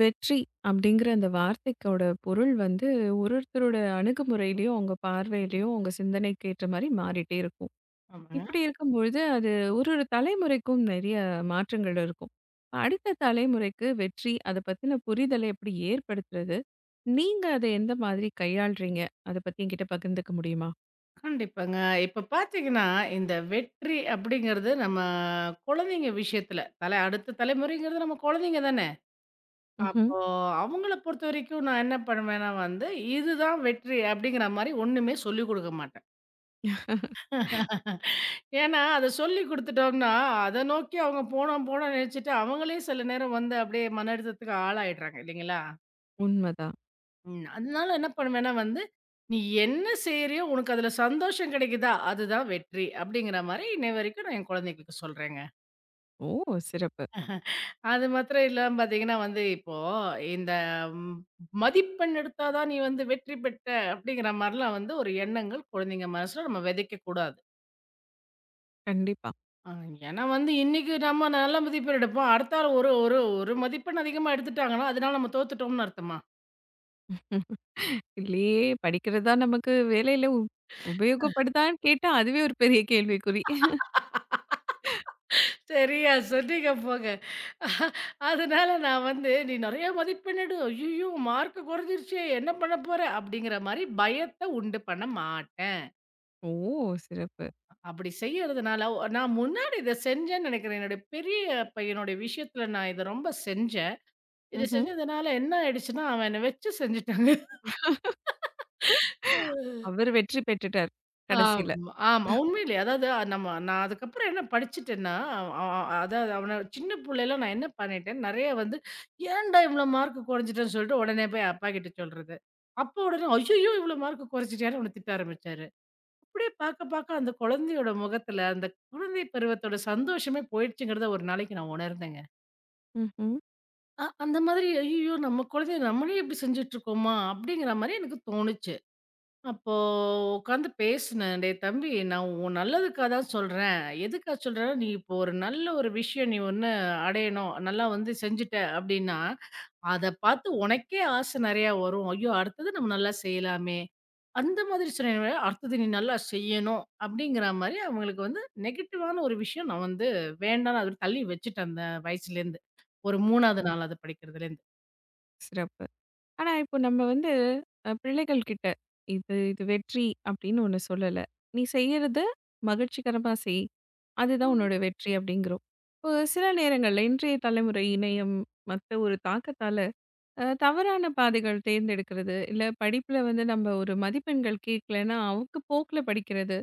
வெற்றி அப்படிங்கிற அந்த வார்த்தைக்கோட பொருள் வந்து ஒரு ஒருத்தரோட அணுகுமுறையிலயும், அவங்க பார்வையிலயும், அவங்க சிந்தனைக்கு ஏற்ற மாரி மாறிட்டே இருக்கும். ஆமாங்க. இப்படி இருக்கும்பொழுது அது ஒரு ஒரு தலைமுறைக்கும் நிறைய மாற்றங்கள் இருக்கும். அடுத்த தலைமுறைக்கு வெற்றி அத பத்தின புரிதலை எப்படி ஏற்படுத்துறது? நீங்க அத எந்த மாதிரி கையாள்றீங்க? அத பத்தி என்கிட்ட பகிர்ந்துக்க முடியுமா? கண்டிப்பாங்க. இப்ப பார்த்தீங்கன்னா, இந்த வெற்றி அப்படிங்கிறது நம்ம குழந்தைங்க விஷயத்துல, அடுத்த தலைமுறைங்கிறது நம்ம குழந்தைங்க தானே! ம்ஹ்ம். அப்போ அவங்கள பொறுத்தவரைக்கும் நான் என்ன பண்ணுவேன்னா வந்து, இதுதான் வெற்றி அப்படிங்கிற மாரி ஒண்ணுமே சொல்லிக் குடுக்க மாட்டேன். ஏன்னா, அத சொல்லிக் குடுத்துட்டோம்னா, அத நோக்கி அவங்க போணும் போணும்ன்னு நெனச்சுட்டு, அவங்களே சில நேரம் வந்து அப்படியே மன அழுத்தத்துக்கு ஆளாயிடுறாங்க இல்லைங்களா? உண்மதான். ம். அதனால என்ன பண்ணுவேன்னா வந்து, "நீ என்ன செய்றியோ, உனக்கு அதுல சந்தோஷம் கிடைக்குதா? அதுதான் வெற்றி." அப்படிங்கிற மாரி இன்னை வரைக்கும் நான் என் குழந்தைகளுக்கு சொல்றேங்க. ஓ, சிறப்பு. அது மாத்திரம் இல்லாம பார்த்தீங்கன்னா வந்து, இப்போ இந்த ம் மதிப்பெண் எடுத்தா தான் நீ வந்து வெற்றி பெற்ற அப்படிங்கிற மாரிலாம் வந்து ஒரு எண்ணங்கள் குழந்தைங்க மனசுல நம்ம விதைக்கக்கூடாது. கண்டிப்பா. அ ஏன்னா வந்து இன்னைக்கு நம்ம நல்ல மதிப்பெண் எடுப்போம். அடுத்த ஆள் ஒரு ஒரு ஒரு மதிப்பெண் அதிகமா எடுத்துட்டாங்கன்னா, அதனால நம்ம தோத்துட்டோம்னு அர்த்தமா? இதுலயே படிக்கிறது தான் நமக்கு வேலையில உபயோகப்படுதான்னு கேட்டா, அதுவே ஒரு பெரிய கேள்விக்குறி. சரியா சொன்னீங்க போங்க. அதனால நான் வந்து, "நீ நெறைய மதிப்பெண் எடு. ஐய்யய்யோ! மார்க் குறைஞ்சிருச்சே! என்ன பண்ண போற?" அப்படிங்கிற மாரி பயத்த உண்டு பண்ண மாட்டேன். ஓ, சிறப்பு. அப்படி செய்யறதுனால நான் முன்னாடி இத செஞ்சேன்னு நெனைக்கிறேன். என்னுடைய பெரிய பையனுடைய விஷயத்துல நான் இத ரொம்ப செஞ்சேன். இத ம்ஹ்ம். செஞ்சதுனால என்ன ஆயிடுச்சுன்னா, அவன் என்ன வச்சு செஞ்சுட்டாங்க. அவரு வெற்றி பெற்றுட்டார் கடைசில. ஆமா, ஆமா. உண்மையிலேயே. அதாவது நான் அதுக்கப்புறம் என்ன படிச்சுட்டேன்னா, அ அ- அதாவது அவன சின்ன புள்ளையில நான் என்ன பண்ணிட்டேன், நெறைய வந்து ஏன்டா இவ்ளோ மார்க் குறைஞ்சுட்டேன்னு சொல்லிட்டு உடனே போய் அப்பா கிட்ட சொல்றது. அப்பா உடனே "ஐய்யய்யோ! இவ்ளோ மார்க் குறைச்சிட்டியான்னு" அவன திட்ட ஆரம்பிச்சாரு. அப்படியே பார்க்க பார்க்க அந்த குழந்தையோட முகத்துல, அந்த குழந்தை பருவத்தோட சந்தோஷமே போயிடுச்சுங்கிறத ஒரு நாளைக்கு நான் உணர்ந்தேங்க. ம்ஹ்ம். அந்த மாதிரி "ஐய்யய்யோ! நம்ம குழந்தைய நம்மளே இப்படி செஞ்சுட்டு இருக்கோமா?" அப்படிங்கிற மாரி எனக்கு தோணுச்சு. அப்போ உட்காந்து பேசினேன். "டேய் தம்பி, நான் உன் நல்லதுக்கா தான் சொல்றேன். எதுக்கா சொல்றேன்னா, நீ இப்போ ஒரு நல்ல ஒரு விஷயம் நீ ஒண்ணு அடையணும். நல்லா வந்து செஞ்சுட்ட அப்படின்னா, அத பார்த்து உனக்கே ஆசை நிறையா வரும். ஐயோ! அடுத்தது நம்ம நல்லா செய்யலாமே." அந்த மாதிரி சொன்னேன். அடுத்தது நீ நல்லா செய்யணும் அப்படிங்கிற மாரி அவங்களுக்கு வந்து நெகட்டிவான ஒரு விஷயம் நான் வந்து வேண்டான்னு அது தள்ளி வச்சுட்டேன் அந்த வயசுலேருந்து. ஒரு 3வது ஓ, 4வது படிக்கிறதுலேருந்து. சிறப்பு. ஆனா, இப்போ நம்ம வந்து பிள்ளைகள் கிட்ட இது இது வெற்றி அப்படின்னு ஒண்ணு சொல்லல. நீ செய்யறத மகிழ்ச்சிகரமா செய். அதுதான் உன்னோட வெற்றி அப்படிங்கிறோம். இப்போ சில நேரங்கள்ல இன்றைய தலைமுறை இணையம் மத்த ஒரு தாக்கத்தால தவறான பாதைகள் தேர்ந்தெடுக்கிறது, இல்ல படிப்புல வந்து நம்ம ஒரு மதிப்பெண்கள் கேட்கலன்னா அவங்க போக்குல படிக்கிறது.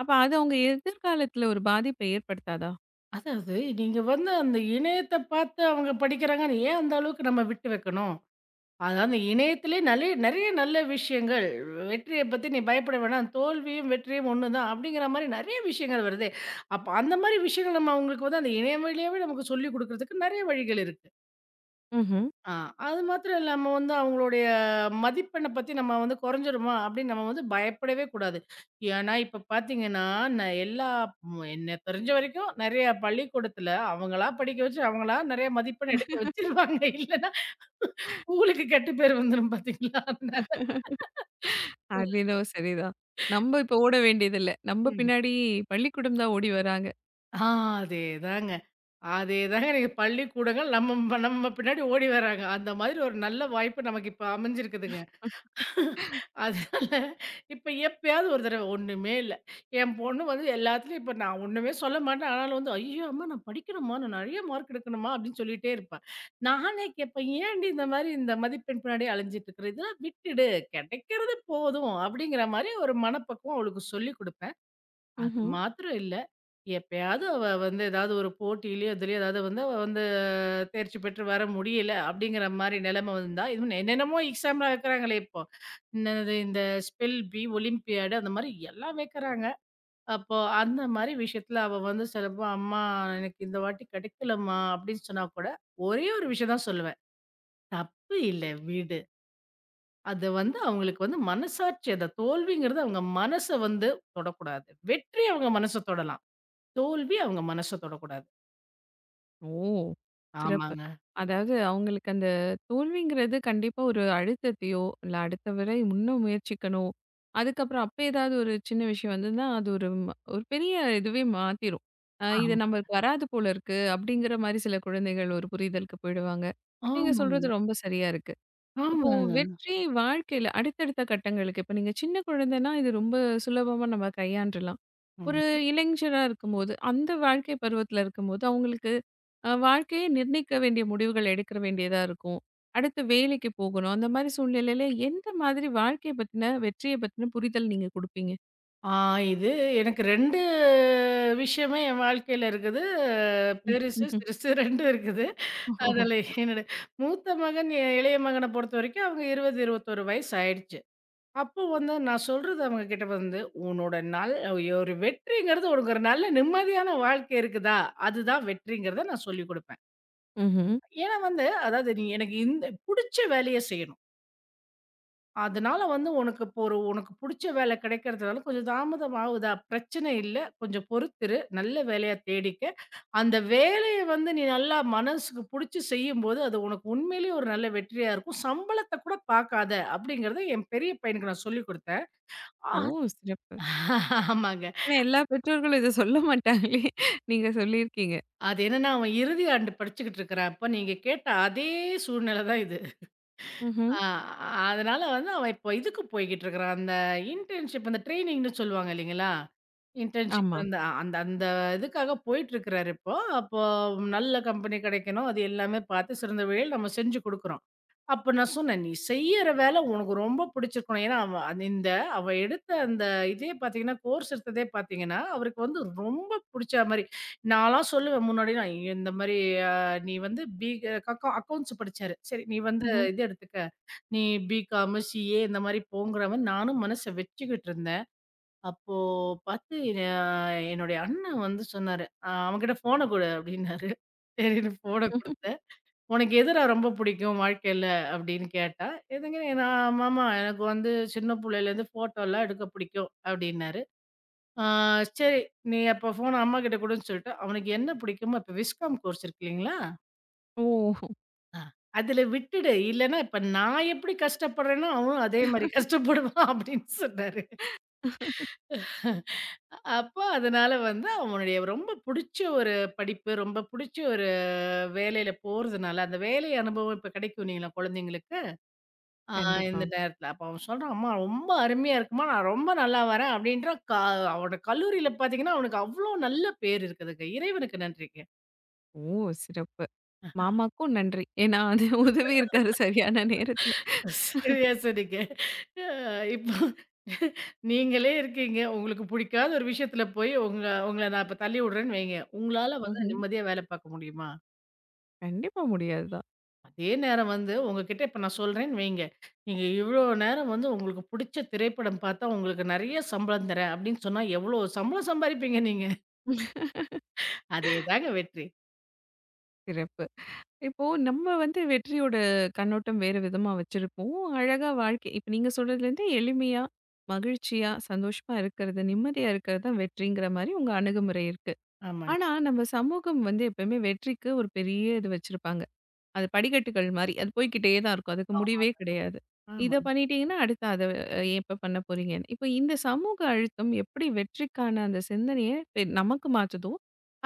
அப்ப அது அவங்க எதிர்காலத்துல ஒரு பாதிப்பை ஏற்படுத்தாதா? அதாவது, நீங்க வந்து அந்த இணையத்த பார்த்து அவங்க படிக்கிறாங்கன்னு ஏன் அந்த அளவுக்கு நம்ம விட்டு வைக்கணும்? அதாவது அந்த இணையத்திலேயே நெறைய நல்ல விஷயங்கள். வெற்றிய பத்தி நீ பயப்பட வேணாம். தோல்வியும் வெற்றியும் ஒண்ணுதான் அப்படிங்கிற மாரி நெறைய விஷயங்கள் வருதே. அப்ப அந்த மாரி விஷயங்கள் நம்ம அவங்களுக்கு வந்து அந்த இணையம் வழியாவே நமக்கு சொல்லிக் குடுக்கிறதுக்கு நெறைய வழிகள் இருக்கு. ம்ஹ்ம். ஆ. அது மாத்திரம் இல்லாம வந்து அவங்களுடைய மதிப்பெண்ண பத்தி நம்ம வந்து குறைஞ்சிருமா அப்படின்னு நம்ம வந்து பயப்படவே கூடாது. ஏன்னா, இப்ப பாத்தீங்கன்னா, நான் என்ன தெரிஞ்ச வரைக்கும் நெறைய பள்ளிக்கூடத்துல அவங்களா படிக்க வச்சு, அவங்களா நெறைய மதிப்பெண் எடுக்க வச்சுருவாங்க. இல்லன்னா ஸ்கூலுக்கு கெட்ட பேர் வந்துரும் பாத்தீங்களா? அதனால அது என்னவோ சரிதான். நம்ம இப்ப ஓட வேண்டியதில்ல. நம்ம ம். பின்னாடி பள்ளிக்கூடம் தான் ஓடி வராங்க. ஆ அதேதாங்க. அதேதாங்க இன்னைக்கு பள்ளிக்கூடங்கள் நம்ம நம்ம பின்னாடி ஓடி வராங்க. அந்த மாதிரி ஒரு நல்ல வாய்ப்பு நமக்கு இப்ப அமைஞ்சிருக்குதுங்க. அதனால இப்ப எப்பயாவது ஒரு தடவ ஒண்ணுமே இல்ல. என் பொண்ணு வந்து எல்லாத்துலயும் இப்ப நான் ஒண்ணுமே சொல்ல மாட்டேன். ஆனாலும் வந்து, "ஐயோ! அம்மா நான் படிக்கணும்மா. நான் நெறைய மார்க் எடுக்கணும்மா" அப்படின்னு சொல்லிட்டே இருப்பா. நானே கேட்பேன், "ஏன்டி இந்த மாரி இந்த மதிப்பெண் பின்னாடியே அலைஞ்சுட்டு இருக்கிற? இதெல்லாம் விட்டுடு. கிடைக்கிறது போதும்." அப்படிங்கிற மாரி ஒரு மனப்பக்குவம் அவளுக்கு சொல்லிக் குடுப்பேன். அது ம்ஹ்ம். மாத்திரம் இல்ல. எப்பயாவது அவ வந்து ஏதாவது ஒரு போட்டியிலயோ, இதுலயோ ஏதாவது வந்து அவ வந்து தேர்ச்சி பெற்று வர முடியல அப்படிங்கிற மாரி நிலைமை வந்தா, இன்னும் என்னென்னமோ எக்ஸாம்லாம் வைக்கிறாங்களே இப்போ. என்னது இந்த ஸ்பெல் பி, ஒலிம்பியாடு அந்த மாரி எல்லாம் வைக்கிறாங்க. அப்போ அந்த மாரி விஷயத்துல அவ வந்து சிலப்போ, "அம்மா எனக்கு இந்த வாட்டி கிடைக்கலம்மா" அப்படின்னு சொன்னா கூட, ஒரே ஒரு விஷயம் தான் சொல்லுவேன். "தப்பு இல்ல விடு." அது வந்து அவங்களுக்கு வந்து மனசாட்சி அந்த தோல்விங்கிறது அவங்க மனச வந்து தொடக்கூடாது. வெற்றி அவங்க மனச தொடலாம். தோல்வி அவங்க மனச தொடக்கூடாது. ஓ, சிறப்பு. ஆமாங்க. அதாவது அவங்களுக்கு அந்த தோல்விங்கிறது கண்டிப்பா ஒரு அழுத்தத்தையோ, இல்ல அடுத்த முறை இன்னும் முயற்சிக்கணும். அதுக்கப்புறம் அப்ப ஏதாவது ஒரு சின்ன விஷயம் வந்ததுன்னா, அது ஒரு பெரிய இதுவே மாத்திரும். இது ஆமா. நம்மளுக்கு வராது போல இருக்கு. அப்படிங்கிற மாரி சில குழந்தைகள் ஒரு புரிதலுக்கு போயிடுவாங்க. நீங்க ஆமாங்க. சொல்றது ரொம்ப சரியா இருக்கு. இப்போ ஆமாங்க. வெற்றி வாழ்க்கையில அடுத்தடுத்த கட்டங்களுக்கு இப்ப நீங்க சின்ன குழந்தைன்னா இது ரொம்ப சுலபமா நம்ம கையாண்டுலாம். ஆமா. ஒரு இளைஞரா இருக்கும்போது, அந்த வாழ்க்கை பருவத்துல இருக்கும்போது அவங்களுக்கு வாழ்க்கையை நிர்ணயிக்க வேண்டிய முடிவுகள் எடுக்க வேண்டியதா இருக்கும். அடுத்து வேலைக்கு போகணும். அந்த மாரி சூழ்நிலையில எந்த மாதிரி வாழ்க்கைய பத்தின, வெற்றிய பத்தின புரிதல் நீங்க குடுப்பீங்க? ஆ இது எனக்கு 2 விஷயமே என் வாழ்க்கையில இருக்குது. பெருசு, சிறுசு 2 இருக்குது. ஓஹோ! அதுல என்னோட மூத்த மகன், இளைய மகன பொறுத்தவரைக்கும் அவங்க 20, 21 வயசு ஆயிடுச்சு. அப்போ வந்து நான் சொல்றது அவங்க கிட்ட வந்து, "உன்னோட நல் ஒரு வெற்றிங்கிறது உனக்கு ஒரு நல்ல நிம்மதியான வாழ்க்கை இருக்குதா? அதுதான் வெற்றிங்கிறத" நான் சொல்லிக் குடுப்பேன். ம்ஹ்ம். ஏன்னா வந்து அதாவது நீ எனக்கு இந்த புடிச்ச வேலைய செய்யணும். அதனால வந்து உனக்கு இப்போ ஒரு உனக்கு புடிச்ச வேலை கிடைக்கிறதுனால கொஞ்சம் தாமதம் ஆகுதா? பிரச்சனை இல்ல. கொஞ்சம் பொறுத்திரு. நல்ல வேலையா தேடிக்க. அந்த வேலைய வந்து நீ நல்லா மனசுக்கு புடிச்சு செய்யும்போது, அது உனக்கு உண்மையிலேயே ஒரு நல்ல வெற்றியா இருக்கும். சம்பளத்த கூட பாக்காத." அப்படிங்கிறத என் பெரிய பையனுக்கு நான் சொல்லிக் குடுத்தேன். ஆ ஓ, சிறப்பு. ஆமாங்க. ஏன்னா எல்லா பெற்றோர்களும் இத சொல்ல மாட்டாங்களே! நீங்க சொல்லியிருக்கீங்க. அது என்னன்னா அவன் இறுதி ஆண்டு படிச்சுக்கிட்டு இருக்கிறான். அப்ப நீங்க கேட்ட அதே சூழ்நிலை தான் இது. ம்ஹ்ம். ஆ அதனால வந்து அவன் இப்போ இதுக்கு போய்க்கிட்டு இருக்கிறான். அந்த இன்டர்ன்ஷிப் அந்த ட்ரெய்னிங்ன்னு சொல்லுவாங்க இல்லைங்களா? இன்டர்ன்ஷிப் ஆமா. அந்த அந்த அந்த இதுக்காக போயிட்டுருக்கிறாரு இப்போ. அப்போ நல்ல கம்பெனி கிடைக்கணும். அது எல்லாமே பார்த்து சிறந்த வழியில் நம்ம செஞ்சு குடுக்குறோம். அப்ப நான் சொன்னேன், "நீ செய்யற வேலை உனக்கு ரொம்ப பிடிச்சிருக்கணும்." ஏன்னா அவன் எடுத்த அந்த இதே பார்த்தீங்கன்னா, கோர்ஸ் எடுத்ததே பார்த்தீங்கன்னா, அவருக்கு வந்து ரொம்ப பிடிச்ச மாரி நான்லாம் சொல்லுவேன் முன்னாடிலாம், இந்த மாரி அ நீ வந்து பி அ அக்கௌ அக்கவுண்ட்ஸ் படிச்சாரு. சரி, "நீ வந்து ம்ஹ்ம். இது எடுத்துக்க." நீ பிகாம், சிஏ இந்த மாரி போங்கிற மாரி நானும் மனச வச்சுக்கிட்டு இருந்தேன். அப்போ பார்த்து அ என்னுடைய அண்ணன் வந்து சொன்னாரு, அவன்கிட்ட ஃபோன குடு" அப்டின்னாரு. சரின்னு ஃபோன குடுத்தேன். "உனக்கு எதுடா ரொம்ப பிடிக்கும் வாழ்க்கையில?" அப்படின்னு கேட்டா, "எதுங்க நான் மாமா எனக்கு வந்து சின்ன புள்ளையிலேருந்து ஃபோட்டோலாம் எடுக்க பிடிக்கும்" அப்படின்னாரு. "ஆ சரி, நீ அப்போ ஃபோன அம்மாகிட்ட குடுன்னு" சொல்லிட்டு, அவனுக்கு என்ன பிடிக்குமோ இப்போ விஸ்காம் கோர்ஸ் இருக்கு இல்லைங்களா? ஓ! ஆ. அதுல விட்டுடு. இல்லன்னா, இப்ப நான் எப்படி கஷ்டப்படுறேனோ, அவனும் அதே மாரி கஷ்டப்படுவான் அப்படின்னு சொன்னாரு. அப்போ அதனால வந்து அவனுடைய ரொம்ப புடிச்ச ஒரு படிப்பு, ரொம்ப புடிச்ச ஒரு வேலையில போறதுனால, அந்த வேலை அனுபவம் இப்ப கிடைக்கும் இல்லைங்களா குழந்தைங்களுக்கு, ஆ கண்டிப்பா. இந்த நேரத்துல. அப்ப அவன் சொல்றான், "அம்மா ரொம்ப அருமையா இருக்கும்மா. நான் ரொம்ப நல்லா வரேன்" அப்படின்றான். அவனோட கல்லூரியில பார்த்தீங்கன்னா, அவனுக்கு அவ்ளோ நல்ல பேர் இருக்குதுங்க. இறைவனுக்கு நன்றிங்க. ஓ, சிறப்பு. மாமாக்கும் நன்றி. ஏன்னா அது உதவி இருக்காரு சரியான நேரத்துல. சரியா சொன்னீங்க. அ இப்போ நீங்களே இருக்கீங்க. உங்களுக்கு பிடிக்காத ஒரு விஷயத்துல போய் உங்கள நான் இப்ப தள்ளி விடுறேன்னு வைங்க. உங்களால வந்து ம்ஹ்ம். நிம்மதியா வேலை பார்க்க முடியுமா? கண்டிப்பா முடியாதுதான். அதே நேரம் வந்து உங்ககிட்ட இப்ப நான் சொல்றேன்னு வைங்க. நீங்க இவ்ளோ நேரம் வந்து உங்களுக்கு பிடிச்ச திரைப்படம் பார்த்தா, உங்களுக்கு நெறைய சம்பளம் தரேன் அப்படின்னு சொன்னா, எவ்வளோ சம்பளம் சம்பாரிப்பீங்க நீங்க? அதேதாங்க வெற்றி. சிறப்பு. இப்போ நம்ம வந்து வெற்றியோட கண்ணோட்டம் வேறு விதமா வச்சிருப்போம். அழகா வாழ்க்கை இப்ப நீங்க சொல்றதுலேருந்து எளிமையா, மகிழ்ச்சியா, சந்தோஷமா இருக்கிறது, நிம்மதியா இருக்கிறது தான் வெற்றிங்கிற மாரி உங்க அணுகுமுறை இருக்கு. ஆமாங்க. ஆனா நம்ம சமூகம் வந்து எப்பயுமே வெற்றிக்கு ஒரு பெரிய இது வச்சிருப்பாங்க. அது படிக்கட்டுகள் மாரி. அது போய்க்கிட்டே தான் இருக்கும். அதுக்கு ஆமா. முடிவே கிடையாது. இத ஆமா. பண்ணிட்டீங்கன்னா, அடுத்து அத அ எப்ப பண்ண போறீங்கன்னு. இப்ப இந்த சமூக அழுத்தம் எப்படி வெற்றிக்கான அந்த சிந்தனைய நமக்கு மாத்துதோ,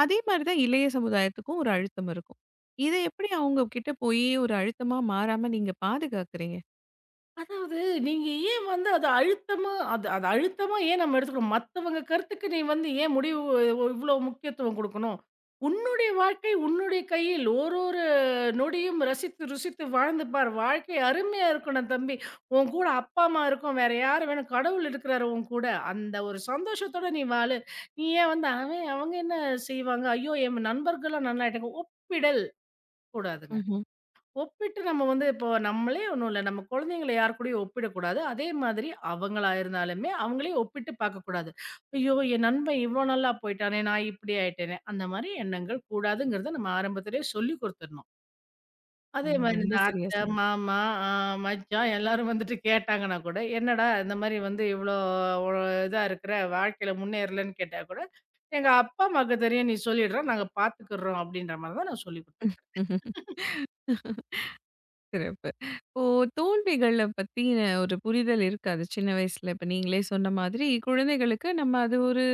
அதே மாரி தான் இளைய சமுதாயத்துக்கும் ஒரு அழுத்தம் இருக்கும். இத எப்படி அவங்க கிட்ட போயி ஒரு அழுத்தமா மாறாம நீங்க பாதுகாக்கிறீங்க? அதாவது நீங்க ஏன் வந்து அத அழுத்தமா அது அது அழுத்தமா ஏன் நம்ம எடுத்துக்கணும்? மத்தவங்க கருத்துக்கு நீ வந்து ஏன் இவ்ளோ முக்கியத்துவம் குடுக்கணும்? உன்னுடைய வாழ்க்கை உன்னுடைய கையில். ஒரு ஒரு நொடியும் ரசித்து, ருசித்து வாழ்ந்து பார். வாழ்க்கை அருமையா இருக்கணும் தம்பி. உன் கூட அப்பா, அம்மா இருக்கும். வேற யாரு வேணும்? கடவுள் இருக்கிறாரு உன் கூட. அந்த ஒரு சந்தோஷத்தோட நீ வாழு. நீ ஏன் வந்து அவங்க என்ன செய்வாங்க? ஐயோ! என் நண்பர்கள்லாம் நல்லாயிட்டாங்க. ஒப்பிடல் கூடாதுங்க. ம்ஹ்ம். ஒப்பிட்டு நம்ம வந்து இப்போ நம்மளே ஒண்ணும் இல்ல. நம்ம குழந்தைங்கள யார் கூடயும் ஒப்பிடக்கூடாது. அதே மாதிரி அவங்களா இருந்தாலுமே, அவங்களையும் ஒப்பிட்டு பார்க்கக்கூடாது. "ஐயோ! என் நண்பன் இவ்வளோ நல்லா போயிட்டானே! நான் இப்படி ஆயிட்டேனே!" அந்த மாரி எண்ணங்கள் கூடாதுங்கிறத நம்ம ஆரம்பத்திலேயே சொல்லிக் குடுத்துடணும். அதே ம், மாரி இந்த ரொம்ப சரியா அத்தை, மாமா, அ மச்சான் எல்லாரும் வந்துட்டு கேட்டாங்கன்னா கூட, "என்னடா இந்த மாரி வந்து இவ்வளோ ஒரு இதா இருக்கிற, வாழ்க்கையில முன்னேறலன்னு" கேட்டா கூட, "எங்க அப்பா, அம்மாவுக்கு தெரியும். நீ சொல்லிடுற. நாங்க பார்த்துக்கிறோம்." அப்படின்ற மாரி தான் நான் சொல்லிக் குடுப்பேன். சொன்னீங்க. சிறப்பு. இப்போ தோல்விகள பத்தின ஒரு புரிதல் இருக்காது சின்ன வயசுல. இப்ப நீங்களே சொன்ன மாதிரி, குழந்தைகளுக்கு நம்ம அது ஒரு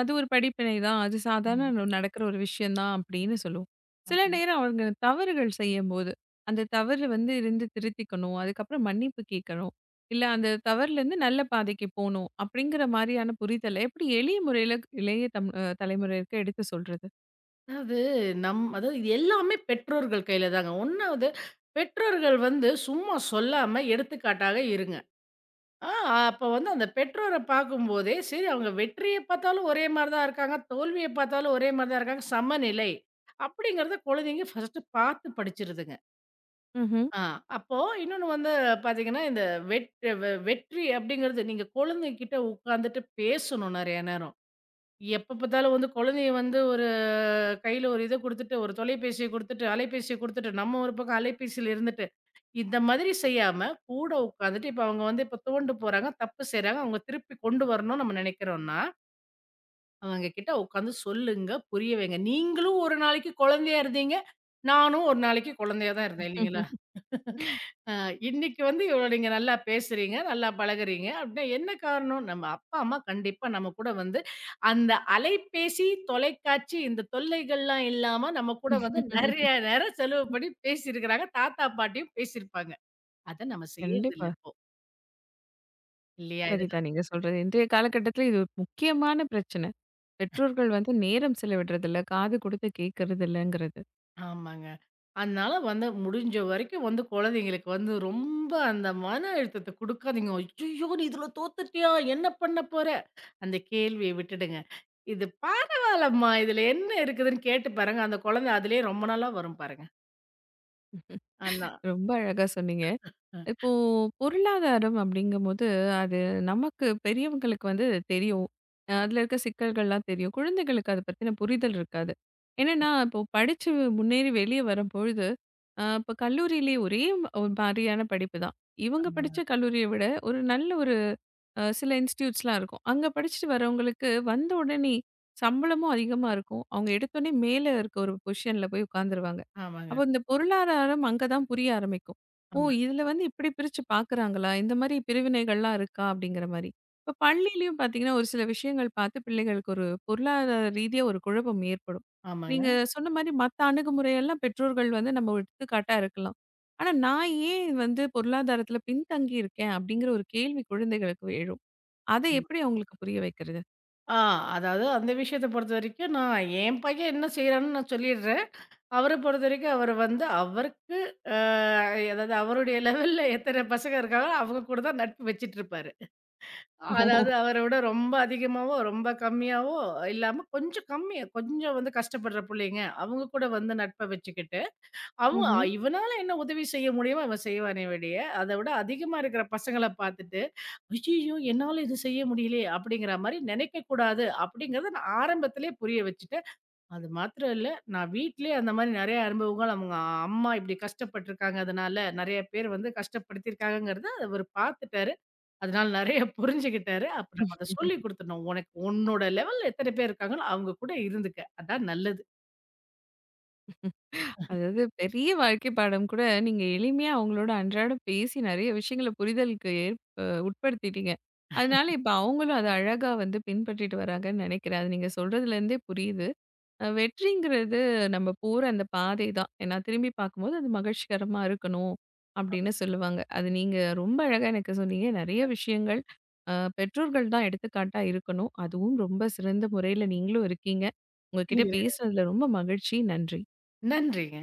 அது ஒரு படிப்பினை தான். அது சாதாரண நடக்கிற ஒரு விஷயம் தான் அப்படின்னு சொல்லுவோம். சில ம். நேரம் அவங்க தவறுகள் செய்யும்போது, அந்த தவறு வந்து இருந்து திருத்திக்கணும். அதுக்கப்புறம் மன்னிப்பு கேட்கணும். இல்ல அந்த தவறுலேருந்து நல்ல பாதைக்கு போணும். அப்படிங்கிற மாரியான புரிதல எப்படி எளிய முறையில இளைய தம் அ தலைமுறையினருக்கு எடுத்து சொல்றது? அதாவது அதாவது இது எல்லாமே பெற்றோர்கள் கையில தாங்க. ஒண்ணாவது பெற்றோர்கள் வந்து சும்மா சொல்லாம எடுத்துக்காட்டாக இருங்க. ஆ அப்ப வந்து அந்த பெற்றோர பார்க்கும்போதே, சரி அவங்க வெற்றிய பார்த்தாலும் ஒரே மாரி தான் இருக்காங்க, தோல்விய பார்த்தாலும் ஒரே மாரி தான் இருக்காங்க, சமநிலை அப்படிங்கிறத குழந்தைங்க ஃபர்ஸ்ட்டு பார்த்து படிச்சிருதுங்க. ம்ஹ்ம். ஆ அப்போ இன்னொன்னு வந்து பார்த்தீங்கன்னா, இந்த வெட் வெ வெற்றி அப்படிங்கிறது நீங்க குழந்தைகிட்ட உட்காந்துட்டு பேசணும் நெறைய நேரம். எப்ப பார்த்தாலும் வந்து குழந்தைய வந்து ஒரு கையில ஒரு இத குடுத்துட்டு, ஒரு தொலைபேசிய குடுத்துட்டு, அலைபேசிய குடுத்துட்டு, நம்ம ஒரு பக்கம் அலைபேசியில இருந்துட்டு, இந்த மாதிரி செய்யாம, கூட உட்காந்துட்டு இப்ப அவங்க வந்து இப்ப துவண்டு போறாங்க, தப்பு செய்றாங்க. அவங்க திருப்பி கொண்டு வரணும்னு நம்ம நினைக்கிறோம்னா, அவங்க கிட்ட உட்காந்து சொல்லுங்க, புரிய வைங்க. நீங்களும் ஒரு நாளைக்கு குழந்தையா இருந்தீங்க. நானும் ஒரு நாளைக்கு குழந்தையா தான் இருந்தேன் இல்லைங்களா? அ இன்னைக்கு வந்து இவ்வளோ நீங்க நல்லா பேசுறீங்க, நல்லா பழகுறீங்க அப்படின்னா என்ன காரணம்? நம்ம அப்பா, அம்மா கண்டிப்பா நம்ம கூட வந்து அந்த அலைபேசி, தொலைக்காட்சி இந்த தொல்லைகள்லாம் இல்லாம நம்ம கூட வந்து நெறைய நேரம் செலவு பண்ணி பேசியிருக்கிறாங்க. தாத்தா, பாட்டியும் பேசியிருப்பாங்க. அத நம்ம கண்டிப்பா. செய்யறதில்ல இப்போ. இல்லையா? இதுதான். சரிதான் நீங்க சொல்றது. இன்றைய காலகட்டத்தில இது ஒரு முக்கியமான பிரச்சனை. பெற்றோர்கள் வந்து நேரம் செலவிடுறதில்ல, காது கொடுத்து கேட்கறது இல்லங்கிறது. ஆமாங்க. அதனால வந்து முடிஞ்ச வரைக்கும் வந்து குழந்தைங்களுக்கு வந்து ரொம்ப அந்த மன அழுத்தத்த குடுக்காதீங்க. "ஐயய்யோ! நீ இதுல தோத்துட்டியா? என்ன பண்ண போற?" அந்த கேள்விய விட்டுடுங்க. இது பரவால்லம்மா, இதுல என்ன இருக்குதுன்னு கேட்டு பாருங்க. அந்த குழந்தை அதிலேயே ரொம்ப நாளா வரும் பாருங்க. ஆனா ரொம்ப அழகா சொன்னீங்க. அ. இப்போ பொருளாதாரம் அப்படிங்கும்போது, அது நமக்கு பெரியவங்களுக்கு வந்து தெரியும். அதில இருக்க சிக்கல்கள்லாம் தெரியும். குழந்தைகளுக்கு அத பத்தின புரிதல் இருக்காது. என்னன்னா, இப்போ படிச்சு முன்னேறி வெளிய வரும்பொழுது, இப்ப கல்லூரியிலேயே ஒரே ம் ஒரு மாதிரியான படிப்பு தான். இவங்க ஆமாங்க. படிச்ச கல்லூரிய விட ஒரு நல்ல ஒரு அ சில இன்ஸ்டிடியூட்ஸ்லாம் இருக்கும். அங்க படிச்சுட்டு வரவங்களுக்கு வந்த உடனே சம்பளமும் அதிகமா இருக்கும். அவங்க எடுத்தோனே மேல இருக்க ஒரு பொசிஷன்ல போய் உட்காந்துருவாங்க. ஆமாங்க, அப்போ இந்த பொருளாதாரம் அங்க தான் புரிய ஆரம்பிக்கும். ஓ! ஆமா, இதுல வந்து இப்படி பிரிச்சு பார்க்குறாங்களா? இந்த மாரி பிரிவினைகள்லாம் இருக்கா? அப்படிங்கிற மாரி. இப்ப பள்ளியிலயும் பார்த்தீங்கன்னா, ஒரு சில விஷயங்கள் பார்த்து பிள்ளைகளுக்கு ஒரு பொருளாதார ரீதியா ஒரு குழப்பம் ஏற்படும். ஆமாங்க, நீங்க சொன்ன மாரி மத்த அணுகுமுறையெல்லாம் பெற்றோர்கள் வந்து நம்ம ஒரு எடுத்துக்காட்டா இருக்கலாம். ஆனா நான் ஏன் வந்து பொருளாதாரத்துல பின்தங்கி இருக்கேன்? அப்படிங்கிற ஒரு கேள்வி குழந்தைகளுக்கு எழும். அத ஆமா. எப்படி அவங்களுக்கு புரிய வைக்கிறது? ஆ அதாவது அந்த விஷயத்த பொறுத்தவரைக்கும் நான் என் பையன் என்ன செய்றான்னு நான் சொல்லிடுறேன். அவர பொறுத்தவரைக்கும் அவர் வந்து அவருக்கு அ அதாவது அவருடைய லெவல்ல எத்தன பசங்க இருக்காங்களோ, அவங்க கூட தான் நட்பு வச்சுட்டுருப்பாரு. ஓ! அதாவது அவர விட ரொம்ப அதிகமாவோ, ரொம்ப கம்மியாவோ இல்லாம கொஞ்சம் கம்மியா கொஞ்சம் வந்து கஷ்டப்படுற புள்ளைங்க, அவங்க கூட வந்து நட்ப வச்சுக்கிட்டு ம்ஹ்ம். இவனால என்ன உதவி செய்ய முடியுமோ அவன் செய்வானே வெளிய. அத விட அதிகமா இருக்கிற பசங்கள பார்த்துட்டு, "ஐய்யய்யோ! என்னால இது செய்ய முடியலயே!" அப்படிங்கிற மாரி நினைக்கக்கூடாது அப்படிங்கிறத நான் ஆரம்பத்திலேயே புரிய வச்சுட்டேன். அது மாத்திரம் இல்ல, நான் வீட்லயே அந்த மாரி நெறைய அனுபவங்கள் அவங்க அம்மா இப்படி கஷ்டப்பட்டுருக்காங்க அதனால, நெறைய பேர் வந்து கஷ்டப்படுத்தியிருக்காங்கங்கிறத அவரு பார்த்துட்டாரு. அதனால நெறைய புரிஞ்சுகிட்டாரு. அப்ப நம்ம அத ம்ஹ்ம். சொல்லிக் குடுத்துடணும். "உனக்கு உன்னோட லெவல்ல எத்தன பேர் இருக்காங்களோ அவங்க கூட இருந்துக்க. அதான் நல்லது." அதாவது பெரிய வாழ்க்கை பாடம் கூட நீங்க எளிமையா அவங்களோட அன்றாடம் பேசி நெறைய விஷயங்கள புரிதலுக்கு ஏற் அ உட்படுத்திட்டீங்க. அதனால இப்ப அவங்களும் அத அழகா வந்து பின்பற்றிட்டு வராங்கன்னு நெனைக்கிறேன். அது நீங்க சொல்றதுலேருந்தே புரியுது. வெற்றிங்கிறது நம்ம போற அந்த பாதை தான். ஏன்னா திரும்பி பார்க்கும்போது அது மகிழ்ச்சிகரமா இருக்கணும் அப்படின்னு சொல்லுவாங்க. அது நீங்க ரொம்ப அழகா எனக்கு சொன்னீங்க. நெறைய விஷயங்கள் அ பெற்றோர்கள் தான் எடுத்துக்காட்டா இருக்கணும். அதுவும் ரொம்ப சிறந்த முறையில நீங்களும் இருக்கீங்க. உங்க கிட்ட பேசுனதுல ரொம்ப மகிழ்ச்சி. நன்றி. நன்றிங்க.